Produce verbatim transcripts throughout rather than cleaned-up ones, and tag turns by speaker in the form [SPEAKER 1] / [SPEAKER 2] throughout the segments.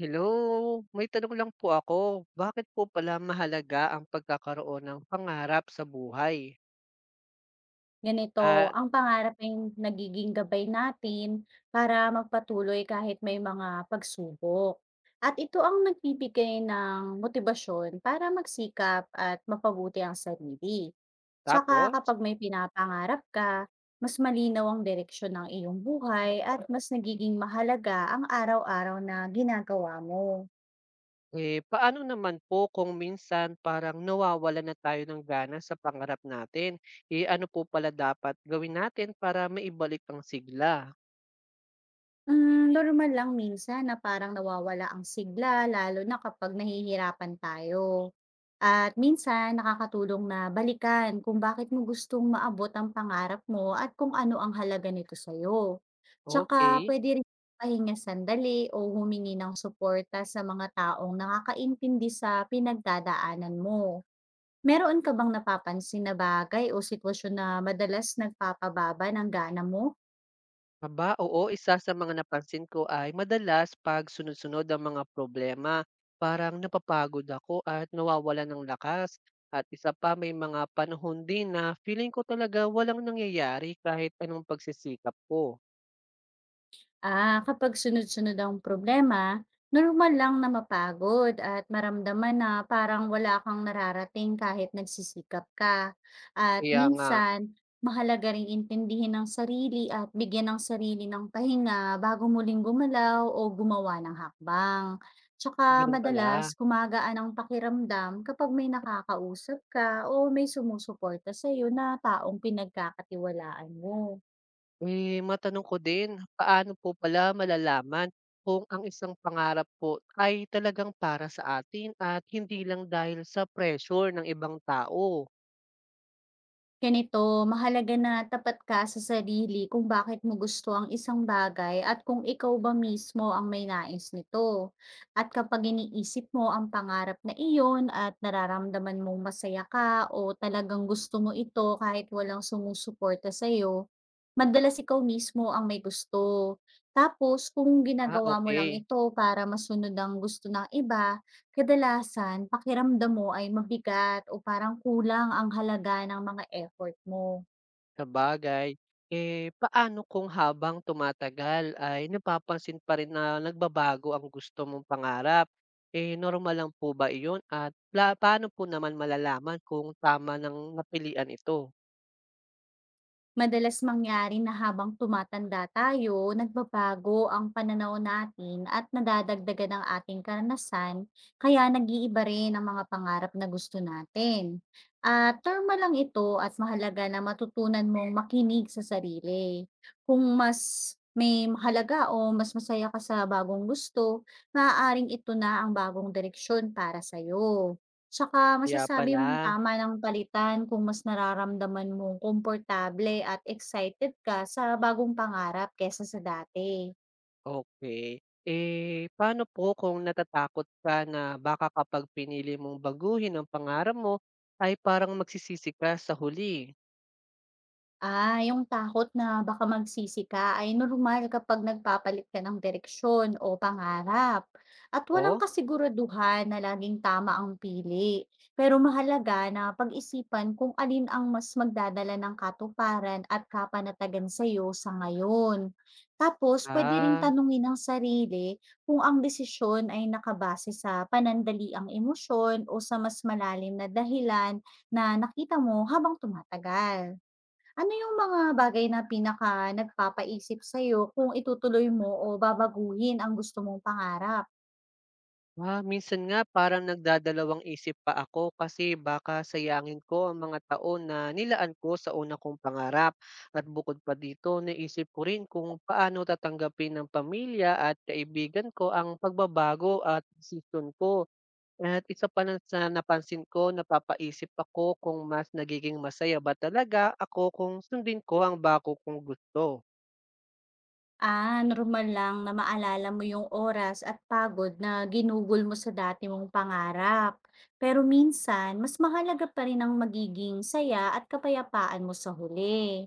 [SPEAKER 1] Hello, may tanong lang po ako. Bakit po pala mahalaga ang pagkakaroon ng pangarap sa buhay?
[SPEAKER 2] Ganito,
[SPEAKER 1] At
[SPEAKER 2] ang pangarap ay nagiging gabay natin para magpatuloy kahit may mga pagsubok. At ito ang nagbibigay ng motibasyon para magsikap at mapabuti ang sarili. Tsaka
[SPEAKER 1] tapos,
[SPEAKER 2] kapag may pinapangarap ka, mas malinaw ang direksyon ng iyong buhay at mas nagiging mahalaga ang araw-araw na ginagawa mo.
[SPEAKER 1] eh, paano naman po kung minsan parang nawawala na tayo ng gana sa pangarap natin? Eh, ano po pala dapat gawin natin para maibalik ang sigla?
[SPEAKER 2] Hmm, normal lang minsan na parang nawawala ang sigla lalo na kapag nahihirapan tayo. At minsan nakakatulong na balikan kung bakit mo gustong maabot ang pangarap mo at kung ano ang halaga nito sa'yo. Tsaka
[SPEAKER 1] Okay.
[SPEAKER 2] pwede rin pahinga sandali o humingi ng suporta sa mga taong nakakaintindi sa pinagdadaanan mo. Meron ka bang napapansin na bagay o sitwasyon na madalas nagpapababa ng gana mo?
[SPEAKER 1] Aba, oo, isa sa mga napansin ko ay madalas 'pag sunod-sunod ang mga problema, parang napapagod ako at nawawala ng lakas. At isa pa, may mga panahon din na feeling ko talaga walang nangyayari kahit anong pagsisikap ko.
[SPEAKER 2] Ah, kapag sunod-sunod ang problema, normal lang na mapagod at maramdaman na parang wala kang nararating kahit nagsisikap ka. At
[SPEAKER 1] Kaya nga,
[SPEAKER 2] minsan, mahalaga ring intindihin ng sarili at bigyan ng sarili ng pahinga bago muling gumalaw o gumawa ng hakbang. Tsaka
[SPEAKER 1] gano'n pala.
[SPEAKER 2] madalas, kumagaan ang pakiramdam kapag may nakakausap ka o may sumusuporta sa'yo na taong pinagkakatiwalaan mo.
[SPEAKER 1] Eh, matanong ko din, paano po pala malalaman kung ang isang pangarap po ay talagang para sa atin at hindi lang dahil sa pressure ng ibang tao?
[SPEAKER 2] Ganito, mahalaga na tapat ka sa sarili kung bakit mo gusto ang isang bagay at kung ikaw ba mismo ang may nais nito. At kapag iniisip mo ang pangarap na iyon at nararamdaman mong masaya ka o talagang gusto mo ito kahit walang sumusuporta sa iyo, madalas ikaw mismo ang may gusto. Tapos kung
[SPEAKER 1] Ah,
[SPEAKER 2] ginagawa mo lang
[SPEAKER 1] okey.
[SPEAKER 2] ito para masunod ang gusto ng iba, kadalasan pakiramdam mo ay mabigat o parang kulang ang halaga ng mga effort mo.
[SPEAKER 1] Sabagay. Eh, paano kung habang tumatagal ay napapansin pa rin na nagbabago ang gusto mong pangarap? Eh, normal lang po ba iyon at la paano po naman malalaman kung tama ng napilian ito?
[SPEAKER 2] Madalas mangyari na habang tumatanda tayo, nagbabago ang pananaw natin at nadadagdagan ang ating karanasan, kaya nag-iiba rin ang mga pangarap na gusto natin. At normal lang ito at mahalaga na matutunan mong makinig sa sarili. Kung mas may mahalaga o mas masaya ka sa bagong gusto, maaaring ito na ang bagong direksyon para sa'yo. Tsaka
[SPEAKER 1] Kaya
[SPEAKER 2] masasabi mong
[SPEAKER 1] pala,
[SPEAKER 2] tama ng palitan kung mas nararamdaman mong komportable at excited ka sa bagong pangarap kaysa sa dati.
[SPEAKER 1] okay. Eh, paano po kung natatakot ka na baka kapag pinili mong baguhin ang pangarap mo, ay parang magsisisi ka sa huli?
[SPEAKER 2] Ah, yung takot na baka magsisi ka ay normal kapag nagpapalit ka ng direksyon o pangarap. At walang
[SPEAKER 1] O
[SPEAKER 2] kasiguraduhan na laging tama ang pili. Pero mahalaga na pag-isipan kung alin ang mas magdadala ng katuparan at kapanatagan sa iyo sa ngayon. Tapos, pwede ring
[SPEAKER 1] ah.
[SPEAKER 2] tanungin ang sarili kung ang desisyon ay nakabase sa panandaliang emosyon o sa mas malalim na dahilan na nakita mo habang tumatagal. Ano yung mga bagay na pinaka nagpapaisip sa'yo kung itutuloy mo o babaguhin ang gusto mong pangarap?
[SPEAKER 1] Ah, minsan nga parang nagdadalawang-isip pa ako kasi baka sayangin ko ang mga taon na nilaan ko sa una kong pangarap. At bukod pa dito, naisip ko rin kung paano tatanggapin ng pamilya at kaibigan ko ang pagbabago at desisyon ko. At isa pa na sa napansin ko, napapaisip ako kung mas nagiging masaya ba talaga ako kung sundin ko ang bako kong gusto.
[SPEAKER 2] Ah, normal lang na maalala mo yung oras at pagod na ginugol mo sa dati mong pangarap. Pero minsan, mas mahalaga pa rin ang magiging saya at kapayapaan mo sa huli.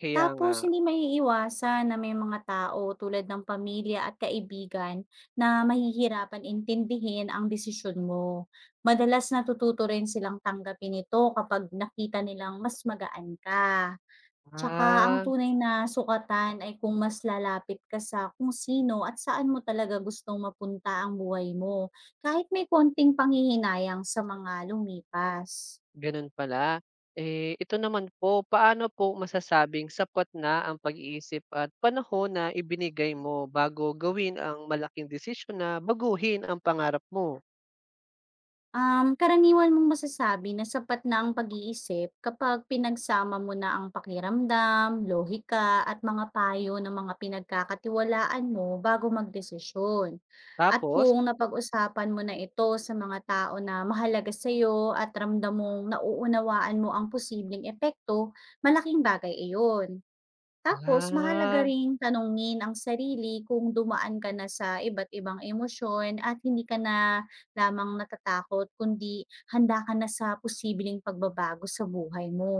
[SPEAKER 1] Kaya nga,
[SPEAKER 2] Tapos hindi maiiwasan na may mga tao tulad ng pamilya at kaibigan na mahihirapan intindihin ang desisyon mo. Madalas natututo rin silang tanggapin ito kapag nakita nilang mas magaan ka. Tsaka ang
[SPEAKER 1] ah,
[SPEAKER 2] tunay na sukatan ay kung mas lalapit ka sa kung sino at saan mo talaga gustong mapunta ang buhay mo, kahit may konting panghihinayang sa mga lumipas.
[SPEAKER 1] gano'n pala. Eh, ito naman po, paano po masasabing sapat na ang pag-iisip at panahon na ibinigay mo bago gawin ang malaking desisyon na baguhin ang pangarap mo?
[SPEAKER 2] Um, karaniwan mong masasabi na sapat na ang pag-iisip kapag pinagsama mo na ang pakiramdam, lohika at mga payo ng mga pinagkakatiwalaan mo bago magdesisyon. At
[SPEAKER 1] Tapos?
[SPEAKER 2] kung napag-usapan mo na ito sa mga tao na mahalaga sa iyo at ramdam mong nauunawaan mo ang posibleng epekto, malaking bagay iyon. Tapos mahalaga
[SPEAKER 1] Ah,
[SPEAKER 2] ring tanungin ang sarili kung dumaan ka na sa iba't ibang emosyon at hindi ka na lamang natatakot kundi handa ka na sa posibleng pagbabago sa buhay mo.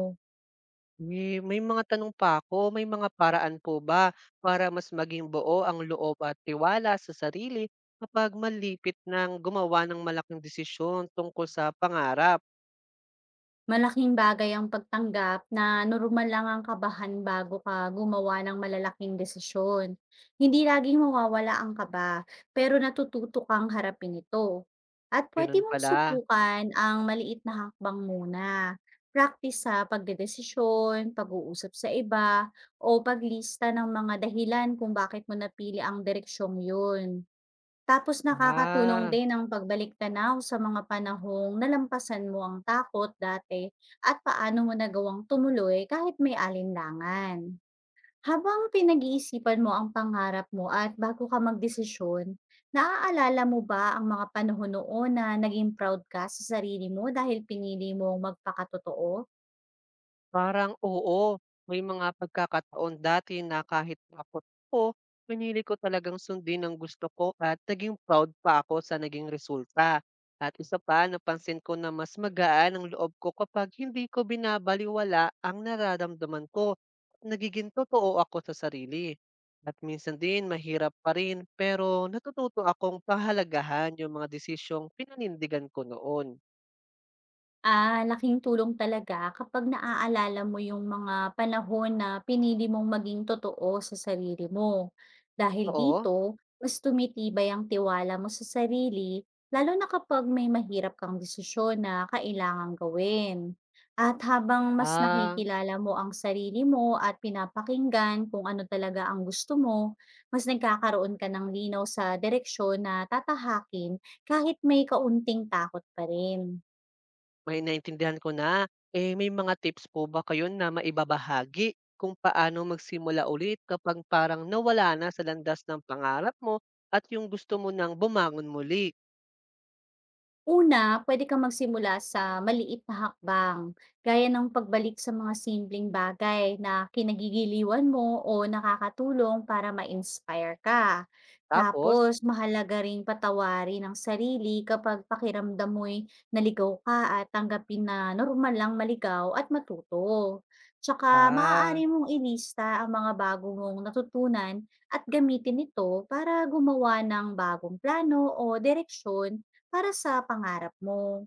[SPEAKER 1] eh, may mga tanong pa ako. May mga paraan po ba para mas maging buo ang loob at tiwala sa sarili kapag malipit ng gumawa ng malaking desisyon tungkol sa pangarap?
[SPEAKER 2] Malaking bagay ang pagtanggap na normal lang ang kabahan bago ka gumawa ng malalaking desisyon. Hindi laging mawawala ang kaba, pero natututo kang harapin ito. At pwede
[SPEAKER 1] Gano'n
[SPEAKER 2] mong
[SPEAKER 1] pala.
[SPEAKER 2] subukan ang maliit na hakbang muna. Practice sa pagdedesisyon, pag-uusap sa iba, o paglista ng mga dahilan kung bakit mo napili ang direksyong yun. Tapos nakakatulong
[SPEAKER 1] Ah.
[SPEAKER 2] din ang pagbalik-tanaw sa mga panahong nalampasan mo ang takot dati at paano mo nagawang tumuloy kahit may alinlangan. Habang pinag-iisipan mo ang pangarap mo at bago ka magdesisyon, naaalala mo ba ang mga panahon noon na naging proud ka sa sarili mo dahil pinili mong magpakatotoo?
[SPEAKER 1] Parang oo, may mga pagkakataon dati na kahit takot ako, pinili ko talagang sundin ang gusto ko at naging proud pa ako sa naging resulta. At isa pa, napansin ko na mas magaan ang loob ko kapag hindi ko binabaliwala ang nararamdaman ko. Nagiging totoo ako sa sarili. At minsan din, mahirap pa rin, pero natututo akong pahalagahan yung mga desisyong pinanindigan ko noon.
[SPEAKER 2] Ah, laking tulong talaga kapag naaalala mo yung mga panahon na pinili mong maging totoo sa sarili mo. Dahil
[SPEAKER 1] Oo?
[SPEAKER 2] dito, mas tumitibay ang tiwala mo sa sarili, lalo na kapag may mahirap kang desisyon na kailangang gawin. At habang mas
[SPEAKER 1] Ah,
[SPEAKER 2] nakikilala mo ang sarili mo at pinapakinggan kung ano talaga ang gusto mo, mas nagkakaroon ka ng linaw sa direksyon na tatahakin kahit may kaunting takot pa rin.
[SPEAKER 1] may naintindihan ko na. Eh, may mga tips po ba kayo na maibabahagi kung paano magsimula ulit kapag parang nawala na sa landas ng pangarap mo at yung gusto mo nang bumangon muli?
[SPEAKER 2] Una, pwede kang magsimula sa maliit na hakbang, gaya ng pagbalik sa mga simpleng bagay na kinagigiliwan mo o nakakatulong para ma-inspire ka.
[SPEAKER 1] Tapos,
[SPEAKER 2] Tapos, mahalaga ring patawarin ang sarili kapag pakiramdam mo'y naligaw ka at tanggapin na normal lang maligaw at matuto. Tsaka,
[SPEAKER 1] ah,
[SPEAKER 2] maaari mong ilista ang mga bago mong natutunan at gamitin ito para gumawa ng bagong plano o direksyon para sa pangarap mo.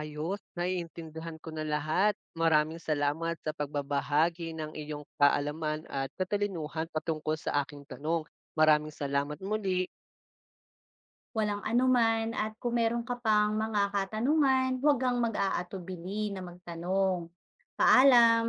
[SPEAKER 1] ayos, naiintindihan ko na lahat. Maraming salamat sa pagbabahagi ng iyong kaalaman at katalinuhan patungkol sa aking tanong. Maraming salamat muli.
[SPEAKER 2] Walang anuman at kung meron ka pang mga katanungan, huwag kang mag-aatubili na magtanong. Paalam!